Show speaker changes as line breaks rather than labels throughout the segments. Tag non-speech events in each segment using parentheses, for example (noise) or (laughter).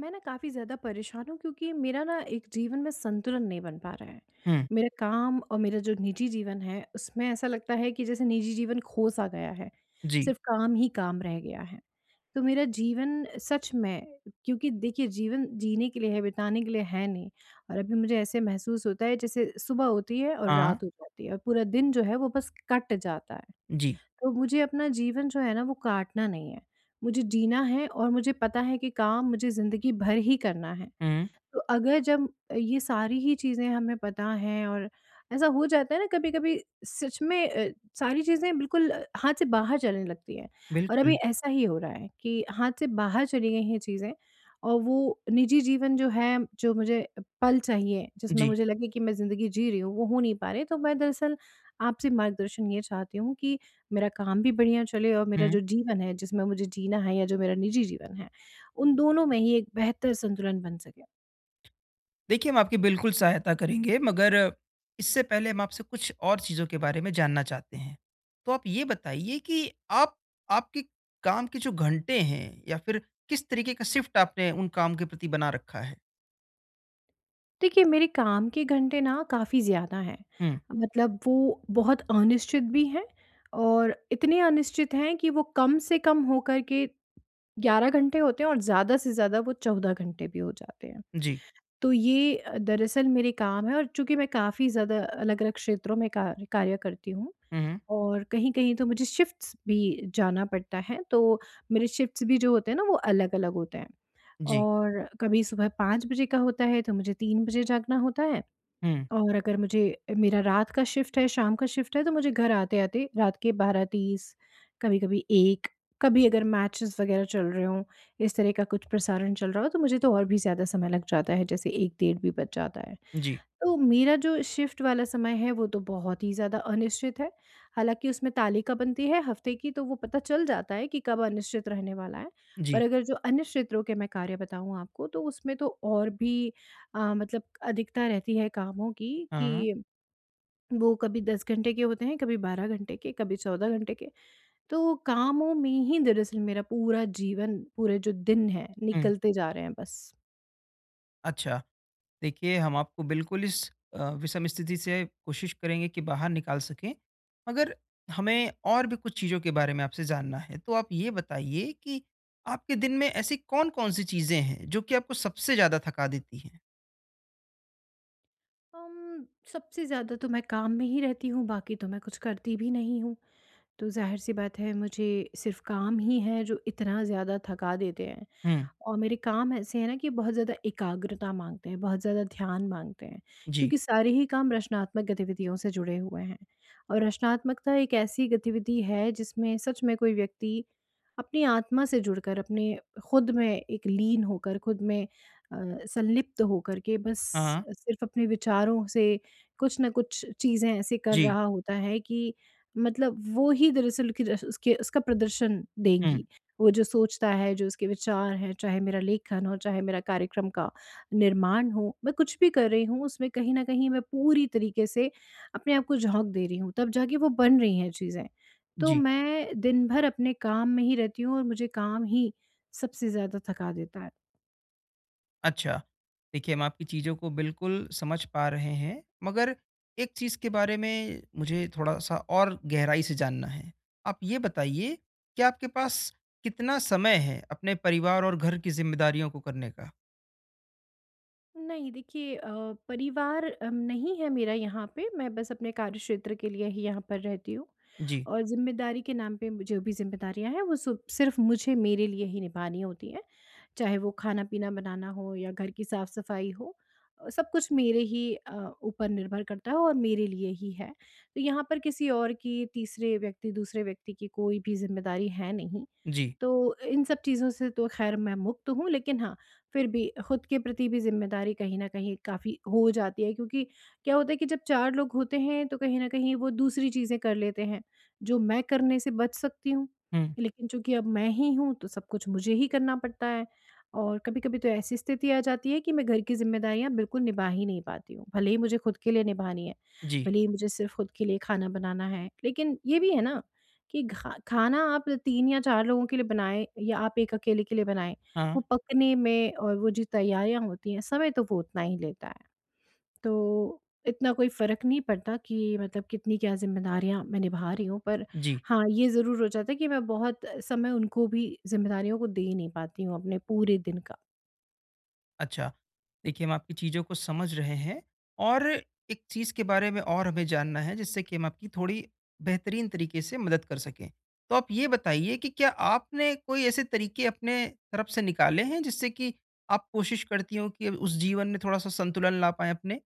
मैं ना काफ़ी ज़्यादा परेशान हूँ क्योंकि मेरा ना एक जीवन में संतुलन नहीं बन पा रहा है।
हुँ,
मेरा काम और मेरा जो निजी जीवन है, उसमें ऐसा लगता है कि जैसे निजी जीवन खो-सा गया है।
जी।
सिर्फ़ काम ही काम रह गया है। तो मेरा जीवन सच में, क्योंकि देखिए जीवन जीने के लिए है, बिताने के लिए है नहीं। और अभी मुझे ऐसे महसूस होता है जैसे सुबह होती है और
हाँ,
रात हो जाती है और पूरा दिन जो है वो बस कट जाता है।
जी।
तो मुझे अपना जीवन जो है ना वो काटना नहीं है। मुझे जीना है और मुझे पता है कि काम मुझे ज़िंदगी भर ही करना है।
हुँ,
तो अगर जब ये सारी ही चीज़ें हमें पता हैं और ऐसा हो जाता है ना कभी-कभी, सच में सारी चीज़ें बिल्कुल हाथ से बाहर चलने लगती हैं। और अभी
बिल्कुल।
ऐसा ही हो रहा है कि हाथ से बाहर चली गई हैं चीज़ें। और वो निजी जीवन जो है, जो मुझे पल चाहिए, जिसमें
जी,
मुझे लगे कि मैं ज़िंदगी जी रही हूँ, वो हो नहीं पा रहे। तो मैं दरअसल आपसे मार्गदर्शन ये चाहती हूँ कि मेरा काम भी बढ़िया चले और मेरा
हुँ।
जो जीवन है, जिसमें मुझे जीना है या जो मेरा निजी जीवन है, उन दोनों में ही एक बेहतर संतुलन बन सके।
देखिए, हम आपकी बिल्कुल सहायता करेंगे, मगर इससे पहले हम आपसे कुछ और चीज़ों के बारे में जानना चाहते हैं। तो आप ये बताइए कि आप आपके काम के जो घंटे हैं या फिर किस तरीके का शिफ्ट आपने उन काम के प्रति बना रखा है?
देखिए, मेरे काम के घंटे ना काफ़ी ज़्यादा हैं।
हुँ,
मतलब वो बहुत अनिश्चित भी हैं और इतने अनिश्चित हैं कि वो कम से कम होकर के 11 घंटे होते हैं और ज़्यादा से ज़्यादा वो 14 घंटे भी हो जाते हैं।
जी।
तो ये दरअसल मेरे काम है, और चूँकि मैं काफ़ी ज़्यादा अलग-अलग क्षेत्रों में कार्य कार्य करती हूँ
हुँ, हुँ,
और कहीं-कहीं तो मुझे शिफ्ट्स भी जाना पड़ता है, तो मेरे शिफ्ट्स भी जो होते हैं ना वो अलग-अलग होते हैं।
जी।
और कभी सुबह 5 बजे का होता है, तो मुझे 3 बजे जागना होता है।
हुँ,
और अगर मुझे मेरा रात का शिफ्ट है, शाम का शिफ्ट है, तो मुझे घर आते-आते रात के 12:30, कभी-कभी 1, कभी एक, कभी अगर मैचेस वगैरह चल रहे हों, इस तरह का कुछ प्रसारण चल रहा हो, तो मुझे तो और भी ज़्यादा समय लग जाता है, जैसे 1 डेढ़ भी बज जाता है।
जी,
तो मेरा जो शिफ्ट वाला समय है वो तो बहुत ही ज़्यादा अनिश्चित है। हालाँकि उसमें तालिका बनती है हफ़्ते की, तो वो पता चल जाता है कि कब अनिश्चित रहने वाला है।
जी।
पर अगर जो अनिश्चितों के मैं कार्य बताऊँ आपको तो उसमें तो और भी मतलब अधिकता रहती है कामों की,
हाँ,
कि वो कभी 10 घंटे के होते हैं, कभी 12 घंटे के, कभी 14 घंटे के। तो कामों में ही दरअसल मेरा पूरा जीवन, पूरे जो दिन है
हुँ,
निकलते जा रहे हैं बस।
अच्छा। देखिए, हम आपको बिल्कुल इस विषम स्थिति से कोशिश करेंगे कि बाहर निकाल सकें, मगर हमें और भी कुछ चीज़ों के बारे में आपसे जानना है। तो आप ये बताइए कि आपके दिन में ऐसी कौन-कौन सी चीज़ें हैं, जो कि आपको सबसे ज़्यादा थका देती हैं?
अम, सबसे ज़्यादा तो मैं काम में ही रहती हूँ, बाकी तो मैं कुछ करती भी नहीं हूँ। तो ज़ाहिर-सी बात है, मुझे सिर्फ़ काम ही है जो इतना ज़्यादा थका देते हैं।
हुँ,
और मेरे काम ऐसे हैं ना कि बहुत ज़्यादा एकाग्रता मांगते हैं, बहुत ज़्यादा ध्यान मांगते हैं,
जी।
क्योंकि सारे ही काम रचनात्मक गतिविधियों से जुड़े हुए हैं। और रचनात्मकता एक ऐसी गतिविधि है जिसमें सच में कोई व्यक्ति अपनी आत्मा से जुड़कर, अपने खुद में एक लीन होकर, खुद में अ, संलिप्त होकर के बस
हाँ, हाँ।
सिर्फ़ अपने विचारों से कुछ न कुछ चीज़ें ऐसे कर
जी।
रहा होता है कि मतलब वो ही दरअसल कि रस उसके उसका प्रदर्शन
हुँ,
देंगी। वो जो सोचता है, जो उसके विचार हैं, चाहे मेरा लेखन हो, चाहे मेरा कार्यक्रम का निर्माण हो, मैं कुछ भी कर रही हूँ उसमें कहीं न कहीं मैं पूरी तरीके से अपने आप को झोंक दे रही हूँ, तब जाके वो बन रही हैं चीज़ें। तो
जी।
मैं दिन भर अपने काम में ही रहती हूँ और मुझे काम ही सबसे ज़्यादा थका देता है।
अच्छा। देखिए, हम आपकी चीज़ों को बिल्कुल समझ पा रहे हैं, मगर एक चीज़ के बारे में मुझे थोड़ा-सा और गहराई से जानना है। आप ये बताइए कि आपके पास कितना समय है अपने परिवार और घर की ज़िम्मेदारियों को करने का?
नहीं देखिए, परिवार नहीं है मेरा यहाँ पे, मैं बस अपने कार्यक्षेत्र के लिए ही यहाँ पर रहती हूँ।
जी,
और ज़िम्मेदारी के नाम पे जो भी ज़िम्मेदारियाँ हैं, वो सब सिर्फ़ मुझे मेरे लिए ही निभानी होती हैं। चाहे वो खाना-पीना बनाना हो या घर की साफ-सफाई हो, सब कुछ मेरे ही ऊपर निर्भर करता है और मेरे लिए ही है। तो यहाँ पर किसी और की, तीसरे व्यक्ति दूसरे व्यक्ति की कोई भी ज़िम्मेदारी है नहीं।
जी।
तो इन सब चीज़ों से तो खैर मैं मुक्त हूँ, लेकिन हाँ, फिर भी खुद के प्रति भी ज़िम्मेदारी कहीं न कहीं काफ़ी हो जाती है क्योंकि क्या होता है कि जब 4 लोग होते हैं तो कहीं न कहीं वो दूसरी चीज़ें कर लेते हैं, जो मैं करने से बच सकती हूँ।
हुँ,
लेकिन चूँकि अब मैं ही हूँ तो सब कुछ मुझे ही करना पड़ता है, और कभी-कभी तो ऐसी स्थिति आ जाती है कि मैं घर की ज़िम्मेदारियाँ बिल्कुल निभा ही नहीं पाती हूँ। भले ही मुझे खुद के लिए निभानी है,
जी।
भले ही मुझे सिर्फ़ खुद के लिए खाना बनाना है, लेकिन ये भी है ना कि घा खाना आप 3 या 4 लोगों के लिए बनाएँ या आप 1 अकेले के लिए बनाएँ,
हाँ,
वो पकने में और वो जो तैयारियाँ होती हैं, समय तो वो उतना ही लेता है। तो इतना कोई फ़र्क नहीं पड़ता कि मतलब कितनी क्या ज़िम्मेदारियाँ मैं निभा रही हूँ, पर
जी।
हाँ, ये ज़रूर हो जाता है कि मैं बहुत समय उनको भी, ज़िम्मेदारियों को दे नहीं पाती हूँ अपने पूरे दिन का।
अच्छा। देखिए, हम आपकी चीज़ों को समझ रहे हैं और एक चीज़ के बारे में और हमें जानना है, जिससे कि हम आपकी थोड़ी बेहतरीन तरीके से मदद कर सकें। तो आप ये बताइए कि क्या आपने कोई ऐसे तरीके अपने तरफ से निकाले हैं, जिससे कि आप कोशिश करती हों कि उस जीवन में थोड़ा-सा संतुलन ला पाएँ अपने?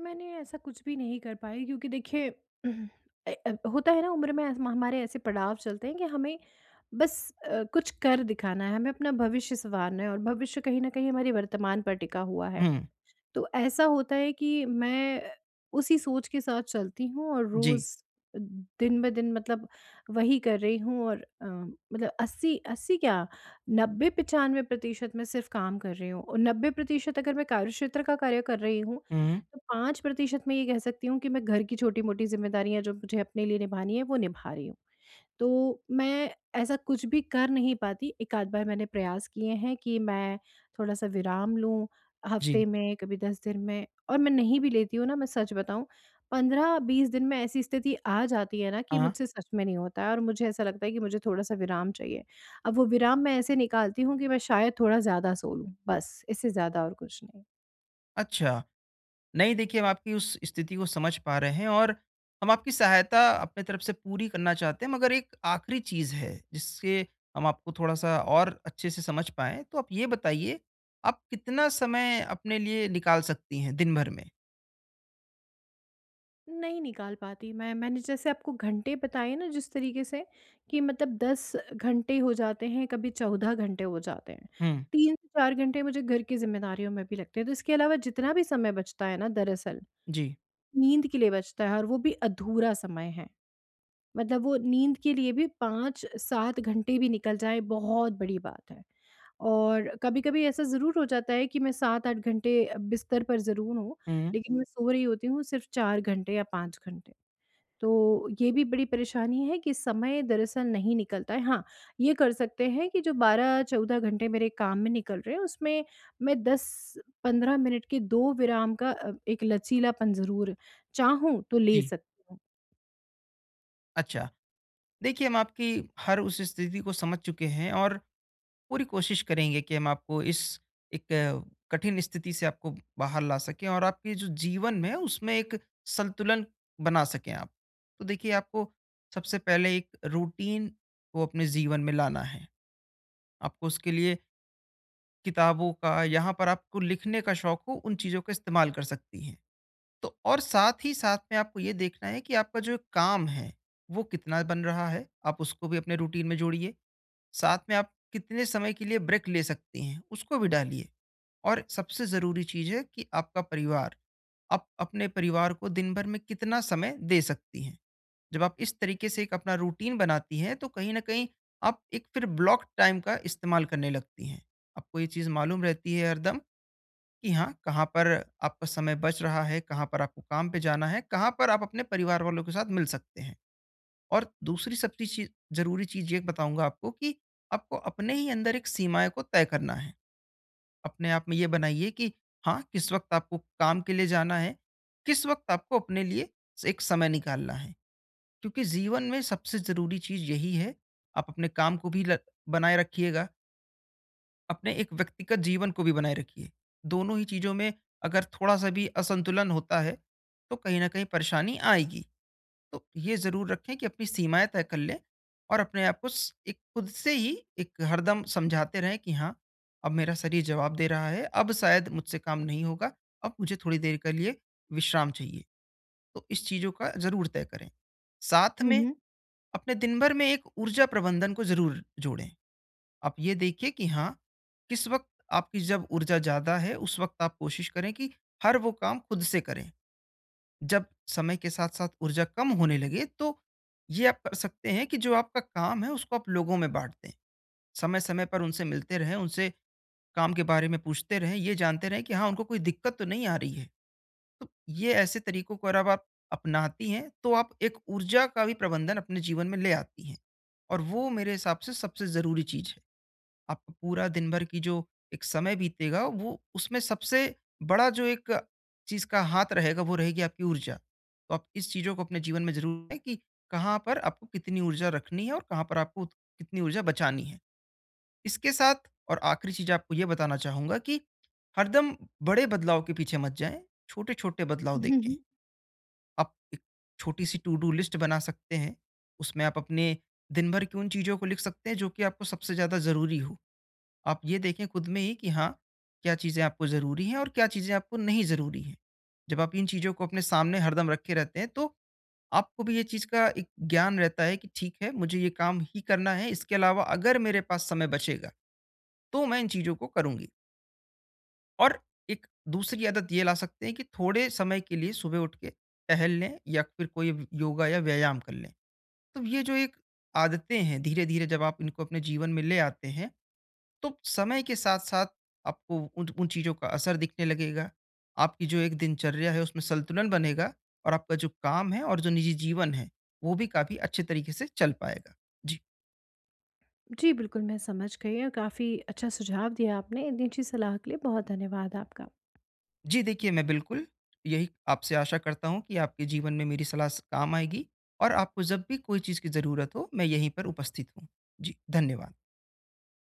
मैंने ऐसा कुछ भी नहीं कर पाई क्योंकि देखिए (clears throat) होता है ना उम्र में हमारे ऐसे पड़ाव चलते हैं कि हमें बस कुछ कर दिखाना है, हमें अपना भविष्य संवारना है और भविष्य कहीं ना कहीं हमारे वर्तमान पर टिका हुआ है।
हुँ।
तो ऐसा होता है कि मैं उसी सोच के साथ चलती हूँ और
जी।
रोज़ दिन ब दिन, मतलब वही कर रही हूँ, और मतलब 80 80 क्या 90-95 प्रतिशत मैं सिर्फ काम कर रही हूँ, और 90% अगर मैं कार्यक्षेत्र का कार्य कर रही हूँ,
हुँ।
तो 5% मैं ये कह सकती हूँ कि मैं घर की छोटी-मोटी ज़िम्मेदारियाँ, जो मुझे अपने लिए निभानी है, वो निभा रही हूँ। तो मैं ऐसा कुछ भी कर नहीं पाती। एक आध बार मैंने प्रयास किए हैं कि मैं थोड़ा-सा विराम लूँ,
जी।
हफ़्ते में, कभी 10 दिन में, और मैं नहीं भी लेती हूँ ना, मैं सच बताऊँ, 15-20 दिन में ऐसी स्थिति आ जाती है ना कि
हाँ।
मुझसे सच में नहीं होता है और मुझे ऐसा लगता है कि मुझे थोड़ा-सा विराम चाहिए। अब वो विराम मैं ऐसे निकालती हूँ कि मैं शायद थोड़ा ज़्यादा सो लूँ, बस, इससे ज़्यादा और कुछ नहीं।
अच्छा। नहीं देखिए, हम आपकी उस स्थिति को समझ पा रहे हैं और हम आपकी सहायता अपने तरफ से पूरी करना चाहते हैं, मगर एक आखिरी चीज़ है, जिससे हम आपको थोड़ा-सा और अच्छे से समझ पाएँ। तो आप ये बताइए, आप कितना समय अपने लिए निकाल सकती हैं दिन भर में?
नहीं निकाल पाती मैंने जैसे आपको घंटे बताए ना, जिस तरीके से कि मतलब 10 घंटे हो जाते हैं, कभी 14 घंटे हो जाते हैं,
हुँ,
3 से 4 घंटे मुझे घर की ज़िम्मेदारियों में भी लगते हैं, तो इसके अलावा जितना भी समय बचता है ना, दरअसल
जी।
नींद के लिए बचता है, और वो भी अधूरा समय है। मतलब वो, नींद के लिए भी 5-7 घंटे भी निकल जाए बहुत बड़ी बात है। और कभी कभी ऐसा ज़रूर हो जाता है कि मैं 7-8 घंटे बिस्तर पर ज़रूर हूँ,
हुँ।
लेकिन मैं सो रही होती हूँ सिर्फ 4 घंटे या 5 घंटे। तो ये भी बड़ी परेशानी है कि समय दरअसल नहीं निकलता है। हाँ, ये कर सकते हैं कि जो 12-14 घंटे मेरे काम में निकल रहे हैं उसमें मैं 10-15 मिनट के 2 विराम का, एक लचीलापन ज़रूर, चाहूँ तो ले
जी।
सकती हूँ।
अच्छा, देखिए हम आपकी हर उस स्थिति को समझ चुके हैं और पूरी कोशिश करेंगे कि हम आपको इस एक कठिन स्थिति से आपको बाहर ला सकें और आपके जो जीवन है उसमें एक संतुलन बना सकें आप। तो देखिए, आपको सबसे पहले एक रूटीन को अपने जीवन में लाना है। आपको उसके लिए किताबों का, यहाँ पर आपको लिखने का शौक हो, उन चीज़ों का इस्तेमाल कर सकती हैं। तो और साथ ही साथ में आपको ये देखना है कि आपका जो काम है वो कितना बन रहा है, आप उसको भी अपने रूटीन में जोड़िए। साथ में आप कितने समय के लिए ब्रेक ले सकते हैं, उसको भी डालिए। और सबसे ज़रूरी चीज़ है कि आपका परिवार, आप अपने परिवार को दिन भर में कितना समय दे सकती हैं। जब आप इस तरीके से एक अपना रूटीन बनाती हैं तो कहीं ना कहीं आप एक फिर ब्लॉक टाइम का इस्तेमाल करने लगती हैं। आपको ये चीज़ मालूम रहती है हरदम कि हाँ, कहाँ पर आपका समय बच रहा है, कहाँ पर आपको काम पे जाना है, कहाँ पर आप अपने परिवार वालों के साथ मिल सकते हैं। और दूसरी सबसे चीज ज़रूरी चीज़ ये बताऊँगा आपको कि आपको अपने ही अंदर एक सीमाएँ को तय करना है। अपने आप में ये बनाइए कि हाँ, किस वक़्त आपको काम के लिए जाना है, किस वक़्त आपको अपने लिए स एक समय निकालना है। क्योंकि जीवन में सबसे ज़रूरी चीज़ यही है, आप अपने काम को भी ल बनाए रखिएगा, अपने एक व्यक्तिगत जीवन को भी बनाए रखिए। दोनों ही चीज़ों में अगर थोड़ा-सा भी असंतुलन होता है, तो कहीं न कहीं परेशानी आएगी। तो ये ज़रूर रखें कि अपनी सीमाएँ तय कर लें और अपने आप को स एक खुद से ही एक हरदम समझाते रहें कि हाँ, अब मेरा शरीर जवाब दे रहा है, अब शायद मुझसे काम नहीं होगा, अब मुझे थोड़ी देर के लिए विश्राम चाहिए। तो इस चीज़ों का ज़रूर तय करें। साथ
हुँ,
में
हुँ।
अपने दिन भर में एक ऊर्जा प्रबंधन को ज़रूर जोड़ें। आप ये देखिए कि हाँ, किस वक़्त आपकी जब ऊर्जा ज़्यादा है, उस वक़्त आप कोशिश करें कि हर वो काम खुद से करें। जब समय के साथ-साथ ऊर्जा कम होने लगे तो ये आप कर सकते हैं कि जो आपका काम है उसको आप लोगों में बाँट दें। समय-समय पर उनसे मिलते रहें, उनसे काम के बारे में पूछते रहें, ये जानते रहें कि हाँ, उनको कोई दिक्कत तो नहीं आ रही है। तो ये ऐसे तरीकों को अगर आप अपनाती हैं तो आप एक ऊर्जा का भी प्रबंधन अपने जीवन में ले आती हैं और वो मेरे हिसाब से सबसे ज़रूरी चीज़ है। आपका पूरा दिन भर की जो एक समय बीतेगा, वो उसमें सबसे बड़ा जो एक चीज़ का हाथ रहेगा, वो रहेगी आपकी ऊर्जा। तो आप इस चीज़ों को अपने जीवन में ज़रूर है कि कहाँ पर आपको कितनी ऊर्जा रखनी है और कहाँ पर आपको कितनी ऊर्जा बचानी है। इसके साथ और आखिरी चीज़ आपको ये बताना चाहूँगा कि हरदम बड़े बदलाव के पीछे मत जाएँ, छोटे-छोटे बदलाव
हुँ,
देखें।
हुँ।
आप एक छोटी-सी टू डू लिस्ट बना सकते हैं। उसमें आप अपने दिन भर की उन चीज़ों को लिख सकते हैं जो कि आपको सबसे ज़्यादा ज़रूरी हो। आप ये देखें खुद में ही कि हाँ, क्या चीज़ें आपको ज़रूरी हैं और क्या चीज़ें आपको नहीं ज़रूरी हैं। जब आप इन चीज़ों को अपने सामने हरदम रखे रहते हैं तो आपको भी ये चीज़ का एक ज्ञान रहता है कि ठीक है, मुझे ये काम ही करना है, इसके अलावा अगर मेरे पास समय बचेगा, तो मैं इन चीज़ों को करूँगी। और एक दूसरी आदत ये ला सकते हैं कि थोड़े समय के लिए सुबह उठ के टहल लें या फिर कोई व योगा या व्यायाम कर लें। तो ये जो एक आदतें हैं, धीरे-धीरे जब आप इनको अपने जीवन में ले आते हैं, तो समय के साथ साथ आपको उन उन चीज़ों का असर दिखने लगेगा। आपकी जो एक दिनचर्या है उसमें संतुलन बनेगा और आपका जो काम है और जो निजी जीवन है वो भी काफ़ी अच्छे तरीके से चल पाएगा। जी।
जी, बिल्कुल मैं समझ गई और काफ़ी अच्छा सुझाव दिया आपने। इतनी अच्छी सलाह के लिए बहुत धन्यवाद आपका।
जी। देखिए, मैं बिल्कुल यही आपसे आशा करता हूँ कि आपके जीवन में मेरी सलाह काम आएगी और आपको जब भी कोई चीज़ की ज़रूरत हो, मैं यहीं पर उपस्थित हूँ। जी, धन्यवाद।